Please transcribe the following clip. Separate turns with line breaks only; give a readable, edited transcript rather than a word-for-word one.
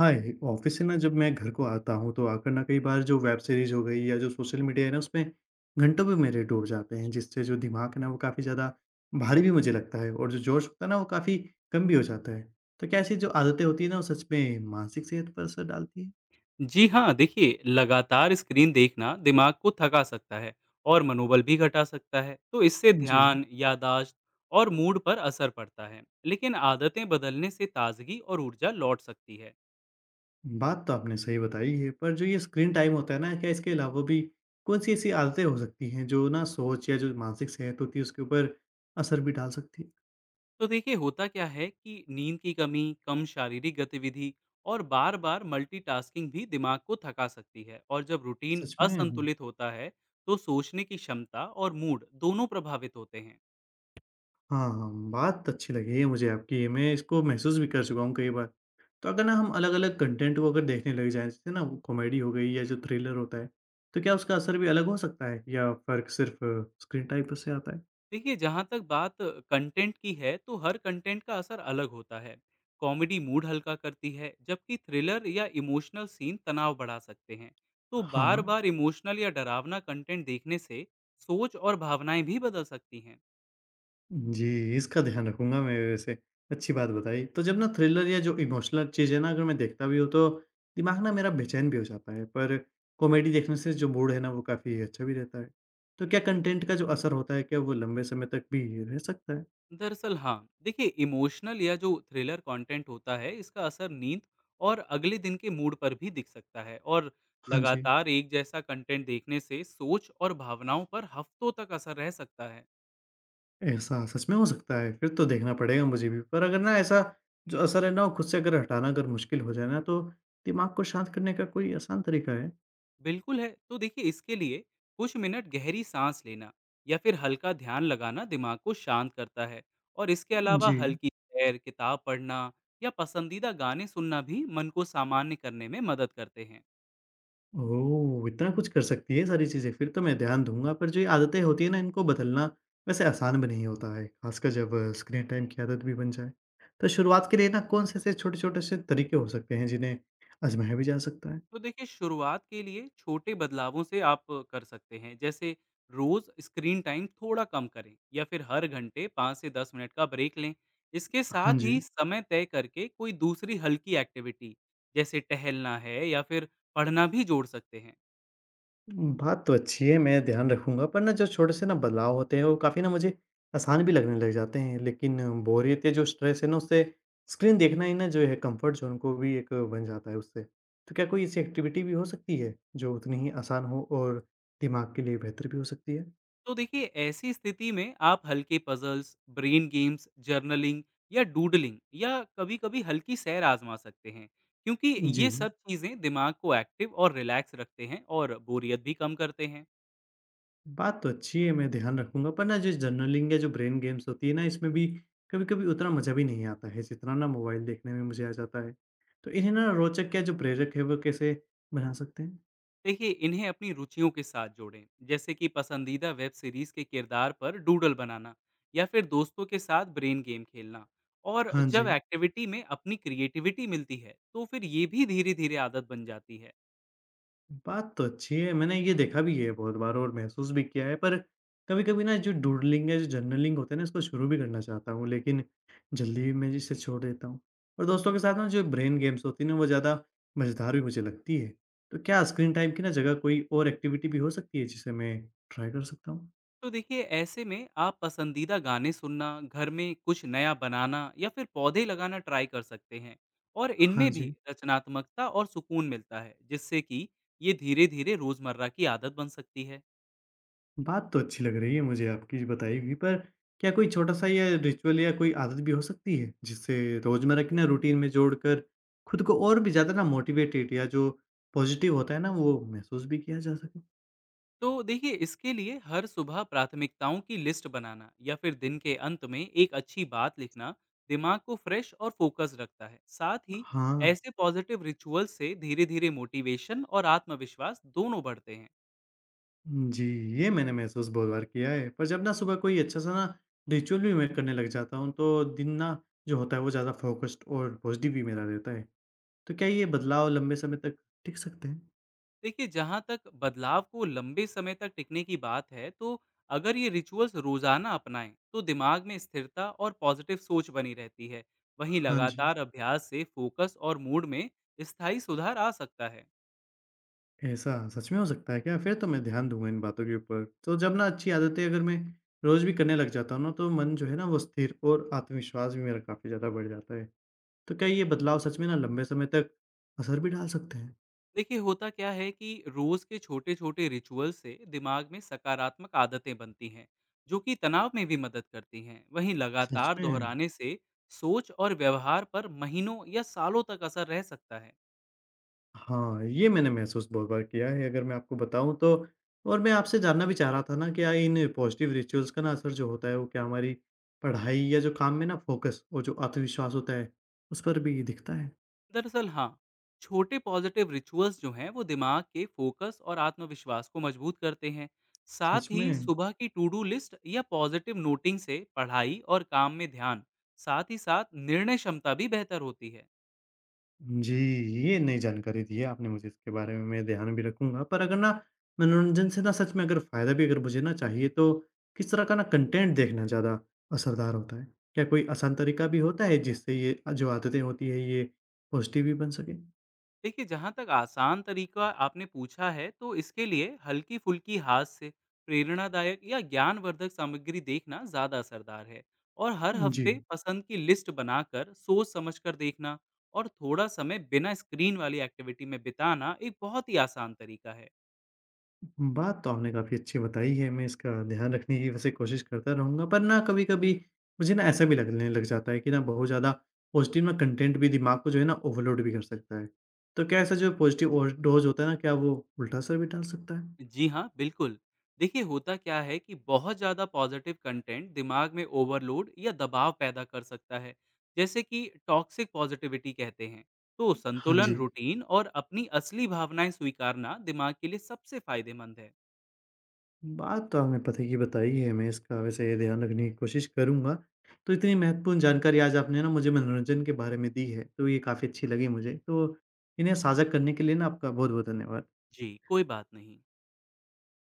हाँ, ए ऑफ़िस से ना जब मैं घर को आता हूँ तो आकर ना कई बार जो वेब सीरीज़ हो गई या जो सोशल मीडिया है ना उसमें घंटों भी मेरे डूब जाते हैं जिससे जो दिमाग है ना वो काफ़ी ज़्यादा भारी भी मुझे लगता है और जो जोश होता है ना वो काफ़ी कम भी हो जाता है। तो क्या ऐसी जो आदतें होती हैं ना वो सच में मानसिक सेहत पर असर डालती है?
जी हाँ, देखिए, लगातार स्क्रीन देखना दिमाग को थका सकता है और मनोबल भी घटा सकता है। तो इससे
जी,
ध्यान, यादाश्त और मूड पर असर पड़ता है, लेकिन आदतें बदलने से ताजगी और ऊर्जा लौट सकती है।
बात तो आपने सही बताई है पर जो ये स्क्रीन टाइम होता है ना क्या इसके अलावा भी कौन-सी ऐसी आदतें हो सकती हैं जो ना सोच या जो मानसिक सेहत होती है उसके ऊपर असर भी डाल सकती है?
तो देखिए, होता क्या है कि नींद की कमी, कम शारीरिक गतिविधि और बार बार मल्टीटास्किंग भी दिमाग को थका सकती है, और जब रूटीन
सच में?
असंतुलित होता है तो सोचने की क्षमता और मूड दोनों प्रभावित होते हैं।
हाँ, हाँ, बात अच्छी लगी है मुझे आपकी, मैं इसको महसूस भी कर चुका हूँ कई बार। तो अगर ना हम अलग-अलग कंटेंट को अगर देखने लग जाएँ, जैसे ना कॉमेडी हो गई या जो थ्रिलर होता है, तो क्या उसका असर भी अलग हो सकता है या फ़र्क सिर्फ़ स्क्रीन टाइम पर से आता है?
देखिए, जहाँ तक बात कंटेंट की है, तो हर कंटेंट का असर अलग होता है। कॉमेडी मूड हल्का करती है, जबकि थ्रिलर या इमोशनल सीन तनाव बढ़ा सकते हैं। तो
हाँ, हाँ।
बार-बार इमोशनल या डरावना कंटेंट देखने से सोच और भावनाएं भी बदल सकती हैं।
जी, इसका ध्यान रखूँगा मैं वैसे, अच्छी बात बताई। तो जब ना थ्रिलर या जो इमोशनल चीज़ है ना अगर मैं देखता भी हूँ तो दिमाग ना मेरा बेचैन भी हो जाता है, पर कॉमेडी देखने से जो मूड है ना वो काफ़ी अच्छा भी रहता है। तो क्या कंटेंट का जो असर होता है, क्या वो लंबे समय तक भी रह सकता है?
दरअसल हाँ, देखिए, इमोशनल या जो थ्रिलर कंटेंट होता है, इसका असर नींद और अगले दिन के मूड पर भी दिख सकता है, और
हाँ जी,
लगातार एक जैसा कंटेंट देखने से सोच और भावनाओं पर हफ्तों तक असर रह सकता है।
ऐसा सच में हो सकता है, फिर तो देखना पड़ेगा मुझे भी। पर अगर ना ऐसा जो असर है ना वो खुद से अगर हटाना अगर मुश्किल हो जाए ना तो दिमाग को शांत करने का कोई आसान तरीका है?
बिल्कुल है। तो देखिए, इसके लिए कुछ मिनट गहरी सांस लेना या फिर हल्का ध्यान लगाना दिमाग को शांत करता है, और इसके अलावा
जी।
हल्की सैर, किताब पढ़ना या पसंदीदा गाने सुनना भी मन को सामान्य करने में मदद करते हैं।
ओह! इतना कुछ कर सकती है सारी चीज़ें, फिर तो मैं ध्यान दूँगा। पर जो ये आदतें होती हैं ना इनको बदलना वैसे आसान भी नहीं होता है, ख़ासकर जब स्क्रीन टाइम की आदत भी बन जाए। तो शुरुआत के लिए ना कौन से ऐसे छोटे-छोटे से तरीके हो सकते हैं जिन्हें आज़माया भी जा सकता है?
तो देखिए, शुरुआत के लिए छोटे बदलावों से आप कर सकते हैं, जैसे रोज स्क्रीन टाइम थोड़ा कम करें या फिर हर घंटे 5 से 10 मिनट का ब्रेक लें। इसके
हाँ
साथ ही
जी।
समय तय करके कोई दूसरी हल्की एक्टिविटी जैसे टहलना है या फिर पढ़ना भी जोड़ सकते हैं।
बात तो अच्छी है, मैं ध्यान रखूँगा पर ना जो छोटे से ना बदलाव होते हैं वो काफ़ी ना मुझे आसान भी लगने लग जाते हैं। लेकिन बोरियत या जो स्ट्रेस है ना उससे स्क्रीन देखना ही ना जो है कंफर्ट ज़ोन को भी एक बन जाता है उससे। तो क्या कोई ऐसी एक्टिविटी भी हो सकती है जो उतनी ही आसान हो और दिमाग के लिए बेहतर भी हो सकती है?
तो देखिए, ऐसी स्थिति में आप हल्के पजल्स, ब्रेन गेम्स, जर्नलिंग या डूडलिंग या कभी कभी हल्की सैर आजमा सकते हैं, क्योंकि
जी।
ये सब चीज़ें दिमाग को एक्टिव और रिलैक्स रखते हैं और बोरियत भी कम करते हैं।
बात तो अच्छी है, मैं ध्यान रखूँगा, पर ना जो जर्नलिंग या जो ब्रेन गेम्स होती है ना, इसमें भी कभी-कभी उतना मज़ा भी नहीं आता है, जितना ना मोबाइल देखने में मुझे आ जाता है। तो इन्हें ना रोचक या जो प्रेरक है, वो कैसे बना सकते हैं?
देखिए, इन्हें अपनी रुचियों के साथ जोड़ें, जैसे कि पसंदीदा वेब सीरीज के किरदार पर डूडल बनाना या फिर दोस्तों के साथ ब्रेन गेम खेलना। और
हाँ
जब
जी।
एक्टिविटी में अपनी क्रिएटिविटी मिलती है तो फिर ये भी धीरे धीरे आदत बन जाती है।
बात तो अच्छी है। मैंने ये देखा भी है बहुत बार और महसूस भी किया है, पर कभी-कभी ना जो डूडलिंग या जो जर्नलिंग होता है ना, इसको शुरू भी करना चाहता हूँ, लेकिन जल्दी ही मैं इसे छोड़ देता हूँ। और दोस्तों के साथ ना जो ब्रेन गेम्स होती हैं ना, वो ज़्यादा मज़ेदार भी मुझे लगती है। तो क्या स्क्रीन टाइम की ना जगह कोई और एक्टिविटी भी हो सकती है, जिसे मैं ट्राई कर सकता हूँ?
तो देखिए, ऐसे में आप पसंदीदा गाने सुनना, घर में कुछ नया बनाना या फिर पौधे लगाना ट्राई कर सकते हैं, और इनमें
हाँ
भी
जी।
रचनात्मकता और सुकून मिलता है, जिससे कि ये धीरे धीरे रोजमर्रा की आदत बन सकती है।
बात तो अच्छी लग रही है मुझे आपकी बताई हुई, पर क्या कोई छोटा-सा या रिचुअल या कोई आदत भी हो सकती है, जिससे रोज़मर्रा की ना रूटीन में जोड़कर खुद को और भी ज़्यादा ना मोटिवेटेड या जो पॉज़िटिव होता है ना, वो महसूस भी किया जा सके?
तो देखिए, इसके लिए हर सुबह प्राथमिकताओं की लिस्ट बनाना या फिर दिन के अंत में एक अच्छी बात लिखना दिमाग को फ्रेश और फोकस रखता है। साथ ही
हाँ,
ऐसे पॉजिटिव रिचुअल से धीरे धीरे मोटिवेशन और आत्मविश्वास दोनों बढ़ते हैं।
जी, ये मैंने महसूस बहुत बार किया है, पर जब ना सुबह कोई अच्छा-सा ना रिचुअल भी मैं करने लग जाता हूँ, तो दिन ना जो होता है वो ज़्यादा फ़ोकस्ड और पॉज़िटिव भी मेरा रहता है। तो क्या ये बदलाव लंबे समय तक टिक सकते हैं?
देखिए, जहाँ तक बदलाव को लंबे समय तक टिकने की बात है, तो अगर ये रिचुअल्स रोजाना अपनाएं तो दिमाग में स्थिरता और पॉजिटिव सोच बनी रहती है। वहीं
हाँ जी।
लगातार अभ्यास से फोकस और मूड में स्थायी सुधार आ सकता है।
ऐसा सच में हो सकता है क्या? फिर तो मैं ध्यान दूँगा इन बातों के ऊपर। तो जब ना अच्छी आदतें अगर मैं रोज़ भी करने लग जाता हूँ ना, तो मन जो है ना वो स्थिर और आत्मविश्वास भी मेरा काफ़ी ज़्यादा बढ़ जाता है। तो क्या ये बदलाव सच में ना लंबे समय तक असर भी डाल सकते हैं?
देखिए, होता क्या है कि रोज के छोटे छोटे रिचुअल से दिमाग में सकारात्मक आदतें बनती हैं, जो कि तनाव में भी मदद करती हैं। वहीं
सच
लगातार
में?
दोहराने से सोच और व्यवहार पर महीनों या सालों तक असर रह सकता है।
हाँ, ये मैंने महसूस बहुत बार किया है अगर मैं आपको बताऊँ तो। और मैं आपसे जानना भी चाह रहा था ना क्या इन पॉज़िटिव रिचुअल्स का ना असर जो होता है वो क्या हमारी पढ़ाई या जो काम में ना फ़ोकस और जो आत्मविश्वास होता है, उस पर भी दिखता है?
दरअसल हाँ, छोटे पॉजिटिव रिचुअल्स जो हैं वो दिमाग के फोकस और आत्मविश्वास को मजबूत करते हैं।
सच
साथ
में?
ही सुबह की टू डू लिस्ट या पॉजिटिव नोटिंग से पढ़ाई और काम में ध्यान, साथ ही साथ निर्णय क्षमता भी बेहतर होती है।
जी, ये नई जानकारी दी है आपने मुझे इसके बारे में, मैं ध्यान भी रखूँगा। पर अगर ना मनोरंजन से ना सच में अगर फ़ायदा भी अगर मुझे ना चाहिए तो किस तरह का ना कंटेंट देखना ज़्यादा असरदार होता है? क्या कोई आसान तरीका भी होता है जिससे ये जो आदतें होती है ये पॉज़िटिव भी बन सके?
देखिए, जहाँ तक आसान तरीका आपने पूछा है, तो इसके लिए हल्की फुल्की हाथ से प्रेरणादायक या ज्ञानवर्धक सामग्री देखना ज़्यादा असरदार है। और हर
जी।
हफ्ते पसंद की लिस्ट बनाकर सोच समझकर देखना और थोड़ा समय बिना स्क्रीन वाली एक्टिविटी में बिताना एक बहुत ही आसान तरीका है।
बात तो आपने काफ़ी अच्छी बताई है, मैं इसका ध्यान रखने की वैसे कोशिश करता रहूँगा, पर ना कभी-कभी मुझे ना ऐसा भी लगने लग जाता है कि ना बहुत ज़्यादा पॉज़िटिव ना कंटेंट भी दिमाग को जो है ना ओवरलोड भी कर सकता है। तो क्या ऐसा जो पॉज़िटिव ओर डोज़ होता है ना, क्या वो उल्टा असर भी डाल सकता है?
जी हाँ, बिल्कुल। देखिए, होता क्या है कि बहुत ज़्यादा पॉज़िटिव कंटेंट दिमाग में ओवरलोड या दबाव पैदा कर सकता है, जैसे कि टॉक्सिक पॉज़िटिविटी कहते हैं। तो
हाँ
संतुलन,
जी,
रूटीन और अपनी असली भावनाएँ स्वीकारना दिमाग के लिए सबसे फ़ायदेमंद है।
बात तो आपने पते की बताई है, मैं इसका वैसे ध्यान रखने की कोशिश करूँगा। तो इतनी महत्वपूर्ण जानकारी आज आपने ना मुझे मनोरंजन के बारे में दी है, तो ये काफ़ी अच्छी लगी मुझे। तो इन्हें साझा करने के लिए ना आपका बहुत-बहुत धन्यवाद।
जी, कोई बात नहीं।